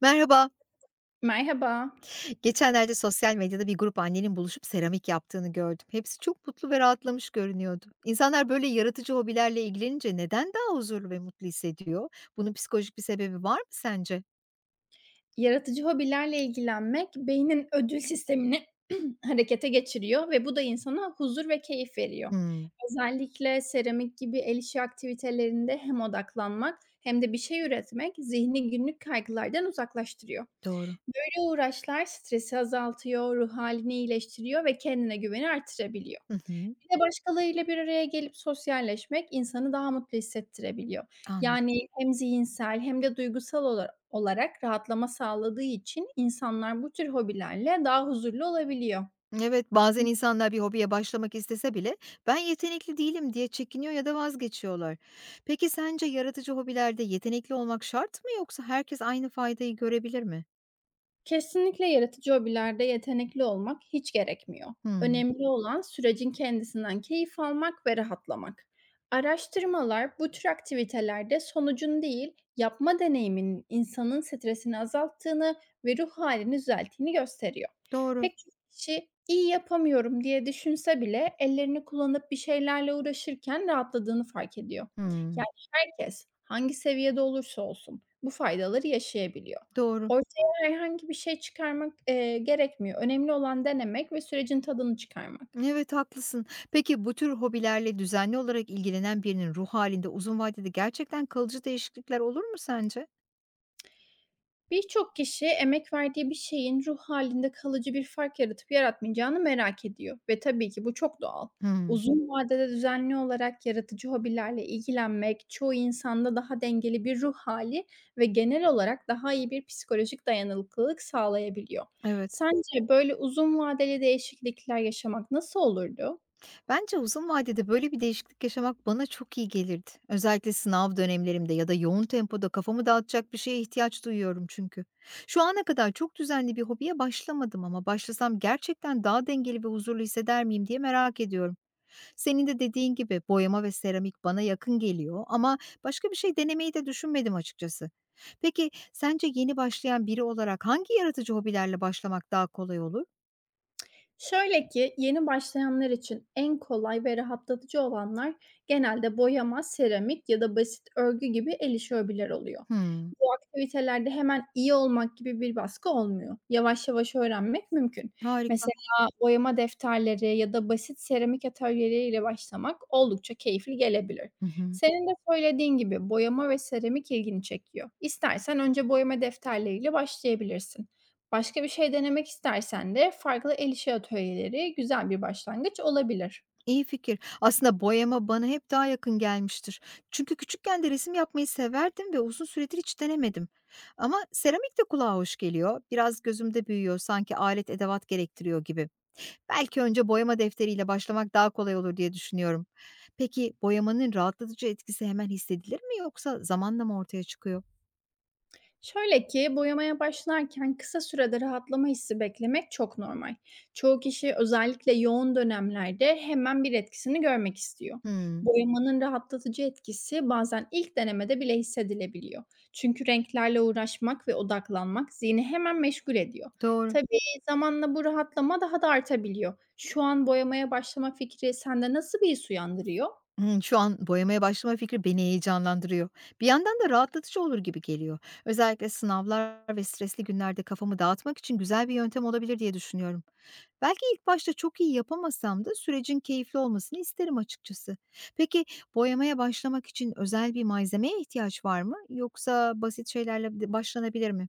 Merhaba. Merhaba. Geçenlerde sosyal medyada bir grup annenin buluşup seramik yaptığını gördüm. Hepsi çok mutlu ve rahatlamış görünüyordu. İnsanlar böyle yaratıcı hobilerle ilgilenince neden daha huzurlu ve mutlu hissediyor? Bunun psikolojik bir sebebi var mı sence? Yaratıcı hobilerle ilgilenmek beynin ödül sistemini harekete geçiriyor ve bu da insana huzur ve keyif veriyor. Hmm, Özellikle seramik gibi el işi aktivitelerinde hem odaklanmak hem de bir şey üretmek zihni günlük kaygılardan uzaklaştırıyor. doğru. Böyle uğraşlar stresi azaltıyor, ruh halini iyileştiriyor ve kendine güveni artırabiliyor. Hı hı, Bir de başkalarıyla bir araya gelip sosyalleşmek insanı daha mutlu hissettirebiliyor. anladım. Yani hem zihinsel hem de duygusal olarak rahatlama sağladığı için insanlar bu tür hobilerle daha huzurlu olabiliyor. Evet, bazen insanlar bir hobiye başlamak istese bile ben yetenekli değilim diye çekiniyor ya da vazgeçiyorlar. Peki sence yaratıcı hobilerde yetenekli olmak şart mı yoksa herkes aynı faydayı görebilir mi? Kesinlikle yaratıcı hobilerde yetenekli olmak hiç gerekmiyor. Hmm, Önemli olan sürecin kendisinden keyif almak ve rahatlamak. Araştırmalar bu tür aktivitelerde sonucun değil, yapma deneyiminin insanın stresini azalttığını ve ruh halini düzelttiğini gösteriyor. doğru. Pek çok kişi iyi yapamıyorum diye düşünse bile ellerini kullanıp bir şeylerle uğraşırken rahatladığını fark ediyor. Hmm, Yani herkes hangi seviyede olursa olsun bu faydaları yaşayabiliyor doğru. herhangi bir şey çıkarmak, gerekmiyor. Önemli olan denemek ve sürecin tadını çıkarmak. Evet, haklısın. Peki bu tür hobilerle düzenli olarak ilgilenen birinin ruh halinde uzun vadede gerçekten kalıcı değişiklikler olur mu sence? Birçok kişi emek verdiği bir şeyin ruh halinde kalıcı bir fark yaratıp yaratmayacağını merak ediyor ve tabii ki bu çok doğal. Hımm, Uzun vadede düzenli olarak yaratıcı hobilerle ilgilenmek çoğu insanda daha dengeli bir ruh hali ve genel olarak daha iyi bir psikolojik dayanıklılık sağlayabiliyor. evet. Sence böyle uzun vadeli değişiklikler yaşamak nasıl olurdu? Bence uzun vadede böyle bir değişiklik yaşamak bana çok iyi gelirdi. Özellikle sınav dönemlerimde ya da yoğun tempoda kafamı dağıtacak bir şeye ihtiyaç duyuyorum çünkü. Şu ana kadar çok düzenli bir hobiye başlamadım ama başlasam gerçekten daha dengeli ve huzurlu hisseder miyim diye merak ediyorum. Senin de dediğin gibi boyama ve seramik bana yakın geliyor ama başka bir şey denemeyi de düşünmedim açıkçası. Peki sence yeni başlayan biri olarak hangi yaratıcı hobilerle başlamak daha kolay olur? Şöyle ki, yeni başlayanlar için en kolay ve rahatlatıcı olanlar genelde boyama, seramik ya da basit örgü gibi el işi hobiler oluyor. Hmm, Bu aktivitelerde hemen iyi olmak gibi bir baskı olmuyor. Yavaş yavaş öğrenmek mümkün. harika. Mesela boyama defterleri ya da basit seramik atölyeleriyle başlamak oldukça keyifli gelebilir. Hı hı. Senin de söylediğin gibi boyama ve seramik ilgini çekiyor. İstersen önce boyama defterleriyle başlayabilirsin. Başka bir şey denemek istersen de farklı el işi atölyeleri güzel bir başlangıç olabilir. İyi fikir. Aslında boyama bana hep daha yakın gelmiştir. Çünkü küçükken de resim yapmayı severdim ve uzun süredir hiç denemedim. Ama seramik de kulağa hoş geliyor. Biraz gözümde büyüyor, sanki alet edevat gerektiriyor gibi. Belki önce boyama defteriyle başlamak daha kolay olur diye düşünüyorum. Peki boyamanın rahatlatıcı etkisi hemen hissedilir mi yoksa zamanla mı ortaya çıkıyor? Şöyle ki boyamaya başlarken kısa sürede rahatlama hissi beklemek çok normal. Çoğu kişi özellikle yoğun dönemlerde hemen bir etkisini görmek istiyor. Hımm, Boyamanın rahatlatıcı etkisi bazen ilk denemede bile hissedilebiliyor. Çünkü renklerle uğraşmak ve odaklanmak zihni hemen meşgul ediyor. doğru. Tabii zamanla bu rahatlama daha da artabiliyor. Şu an boyamaya başlama fikri sende nasıl bir his uyandırıyor? Hımm, şu an boyamaya başlama fikri beni heyecanlandırıyor. Bir yandan da rahatlatıcı olur gibi geliyor. Özellikle sınavlar ve stresli günlerde kafamı dağıtmak için güzel bir yöntem olabilir diye düşünüyorum. Belki ilk başta çok iyi yapamasam da sürecin keyifli olmasını isterim açıkçası. Peki boyamaya başlamak için özel bir malzemeye ihtiyaç var mı yoksa basit şeylerle de başlanabilir mi?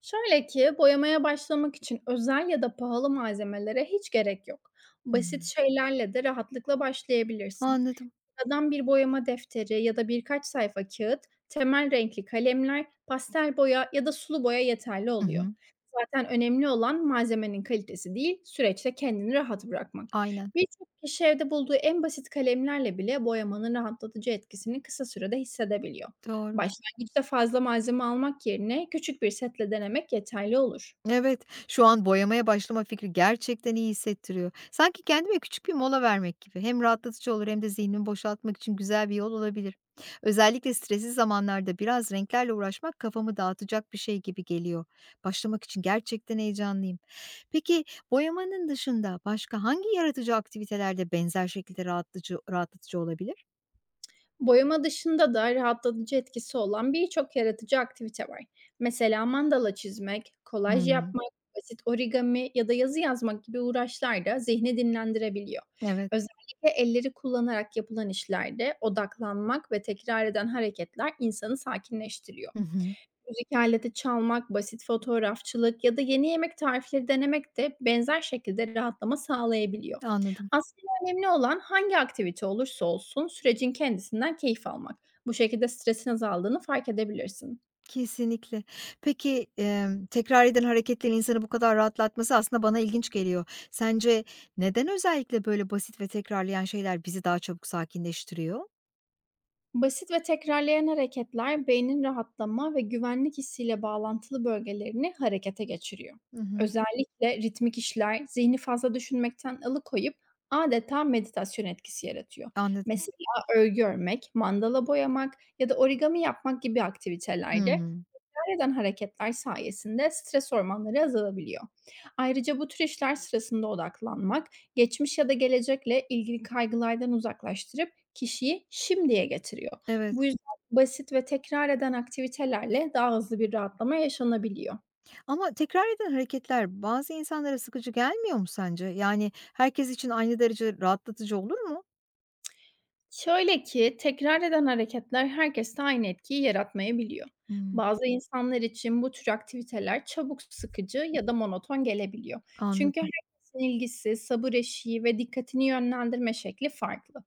Şöyle ki, boyamaya başlamak için özel ya da pahalı malzemelere hiç gerek yok. Basit Hımm. şeylerle de rahatlıkla başlayabilirsin. Anladım. Sıradan bir boyama defteri ya da birkaç sayfa kağıt, temel renkli kalemler, pastel boya ya da sulu boya yeterli Hı oluyor. hı. Zaten önemli olan malzemenin kalitesi değil, süreçte kendini rahat bırakmak. Aynen. Birçok kişi evde bulduğu en basit kalemlerle bile boyamanın rahatlatıcı etkisini kısa sürede hissedebiliyor. Doğru. Başlangıçta fazla malzeme almak yerine küçük bir setle denemek yeterli olur. Evet, şu an boyamaya başlama fikri gerçekten iyi hissettiriyor. Sanki kendime küçük bir mola vermek gibi. Hem rahatlatıcı olur hem de zihnimi boşaltmak için güzel bir yol olabilir. Özellikle stresli zamanlarda biraz renklerle uğraşmak kafamı dağıtacak bir şey gibi geliyor. Başlamak için gerçekten heyecanlıyım. Peki boyamanın dışında başka hangi yaratıcı aktivitelerde benzer şekilde rahatlatıcı olabilir? Boyama dışında da rahatlatıcı etkisi olan birçok yaratıcı aktivite var. Mesela mandala çizmek, kolaj Hmm, yapmak, basit origami ya da yazı yazmak gibi uğraşlar da zihni dinlendirebiliyor. evet, Özellikle elleri kullanarak yapılan işlerde odaklanmak ve tekrar eden hareketler insanı sakinleştiriyor. hı hı, Müzik aleti çalmak, basit fotoğrafçılık ya da yeni yemek tarifleri denemek de benzer şekilde rahatlama sağlayabiliyor. anladım. Aslında önemli olan hangi aktivite olursa olsun sürecin kendisinden keyif almak. Bu şekilde stresin azaldığını fark edebilirsin. Kesinlikle. Peki, tekrar eden hareketlerin insanı bu kadar rahatlatması aslında bana ilginç geliyor. Sence neden özellikle böyle basit ve tekrarlayan şeyler bizi daha çabuk sakinleştiriyor? Basit ve tekrarlayan hareketler beynin rahatlama ve güvenlik hissiyle bağlantılı bölgelerini harekete geçiriyor. Hı hı. Özellikle ritmik işler zihni fazla düşünmekten alıkoyup adeta meditasyon etkisi yaratıyor. Anladım. Mesela örgü örmek, mandala boyamak ya da origami yapmak gibi aktivitelerde Hımm. tekrar eden hareketler sayesinde stres hormonları azalabiliyor. Ayrıca bu tür işler sırasında odaklanmak, geçmiş ya da gelecekle ilgili kaygılardan uzaklaştırıp kişiyi şimdiye getiriyor. Evet, Bu yüzden basit ve tekrar eden aktivitelerle daha hızlı bir rahatlama yaşanabiliyor. ama tekrar eden hareketler bazı insanlara sıkıcı gelmiyor mu sence? Yani herkes için aynı derece rahatlatıcı olur mu? Şöyle ki, tekrar eden hareketler herkeste aynı etkiyi yaratmayabiliyor. Hımm. Bazı insanlar için bu tür aktiviteler çabuk sıkıcı ya da monoton gelebiliyor. Çünkü Anladım. herkesin ilgisi, sabır eşiği ve dikkatini yönlendirme şekli farklı.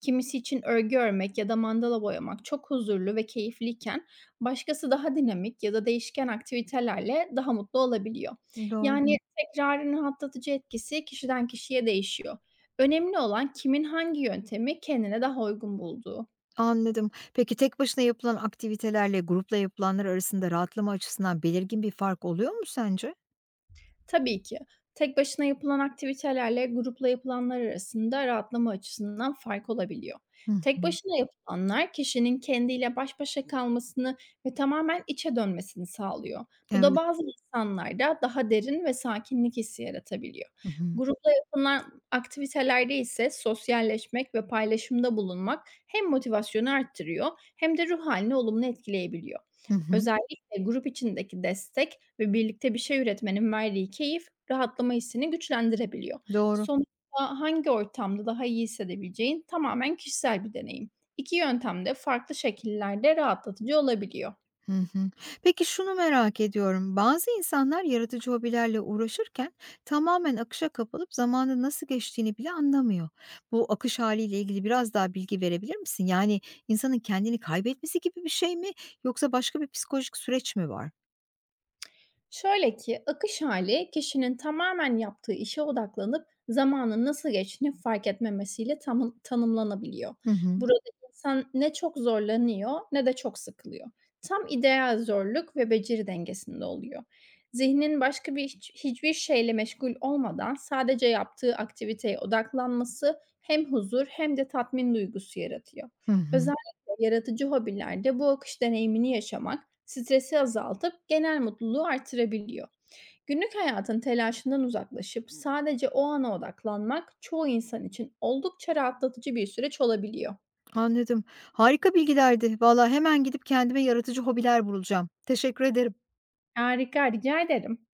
Kimisi için örgü örmek ya da mandala boyamak çok huzurlu ve keyifliyken başkası daha dinamik ya da değişken aktivitelerle daha mutlu olabiliyor. Doğru. Yani tekrarın rahatlatıcı etkisi kişiden kişiye değişiyor. Önemli olan kimin hangi yöntemi kendine daha uygun bulduğu. Anladım. Peki tek başına yapılan aktivitelerle grupla yapılanlar arasında rahatlama açısından belirgin bir fark oluyor mu sence? Tabii ki. Tek başına yapılan aktivitelerle grupla yapılanlar arasında rahatlama açısından fark olabiliyor. Hı hı. Tek başına yapılanlar kişinin kendiyle baş başa kalmasını ve tamamen içe dönmesini sağlıyor. Bu da Evet. bazı insanlarda daha derin ve sakinlik hissi yaratabiliyor. Hı hı. Grupla yapılan aktivitelerde ise sosyalleşmek ve paylaşımda bulunmak hem motivasyonu arttırıyor hem de ruh halini olumlu etkileyebiliyor. Hı hı. Özellikle grup içindeki destek ve birlikte bir şey üretmenin verdiği keyif, rahatlama hissini güçlendirebiliyor. Doğru. Sonuçta hangi ortamda daha iyi hissedebileceğin tamamen kişisel bir deneyim. İki yöntem de farklı şekillerde rahatlatıcı olabiliyor. Hı hı. Peki şunu merak ediyorum. Bazı insanlar yaratıcı hobilerle uğraşırken tamamen akışa kapılıp zamanın nasıl geçtiğini bile anlamıyor. Bu akış haliyle ilgili biraz daha bilgi verebilir misin? Yani insanın kendini kaybetmesi gibi bir şey mi yoksa başka bir psikolojik süreç mi var? Şöyle ki, akış hali kişinin tamamen yaptığı işe odaklanıp zamanın nasıl geçtiğini fark etmemesiyle tam tanımlanabiliyor. Hı hı. Burada insan ne çok zorlanıyor ne de çok sıkılıyor. Tam ideal zorluk ve beceri dengesinde oluyor. Zihnin başka bir hiçbir şeyle meşgul olmadan sadece yaptığı aktiviteye odaklanması hem huzur hem de tatmin duygusu yaratıyor. Hı hı. Özellikle yaratıcı hobilerde bu akış deneyimini yaşamak stresi azaltıp genel mutluluğu artırabiliyor. Günlük hayatın telaşından uzaklaşıp sadece o ana odaklanmak çoğu insan için oldukça rahatlatıcı bir süreç olabiliyor. Anladım. Harika bilgilerdi. Valla hemen gidip kendime yaratıcı hobiler bulacağım. Teşekkür ederim. Harika, rica ederim.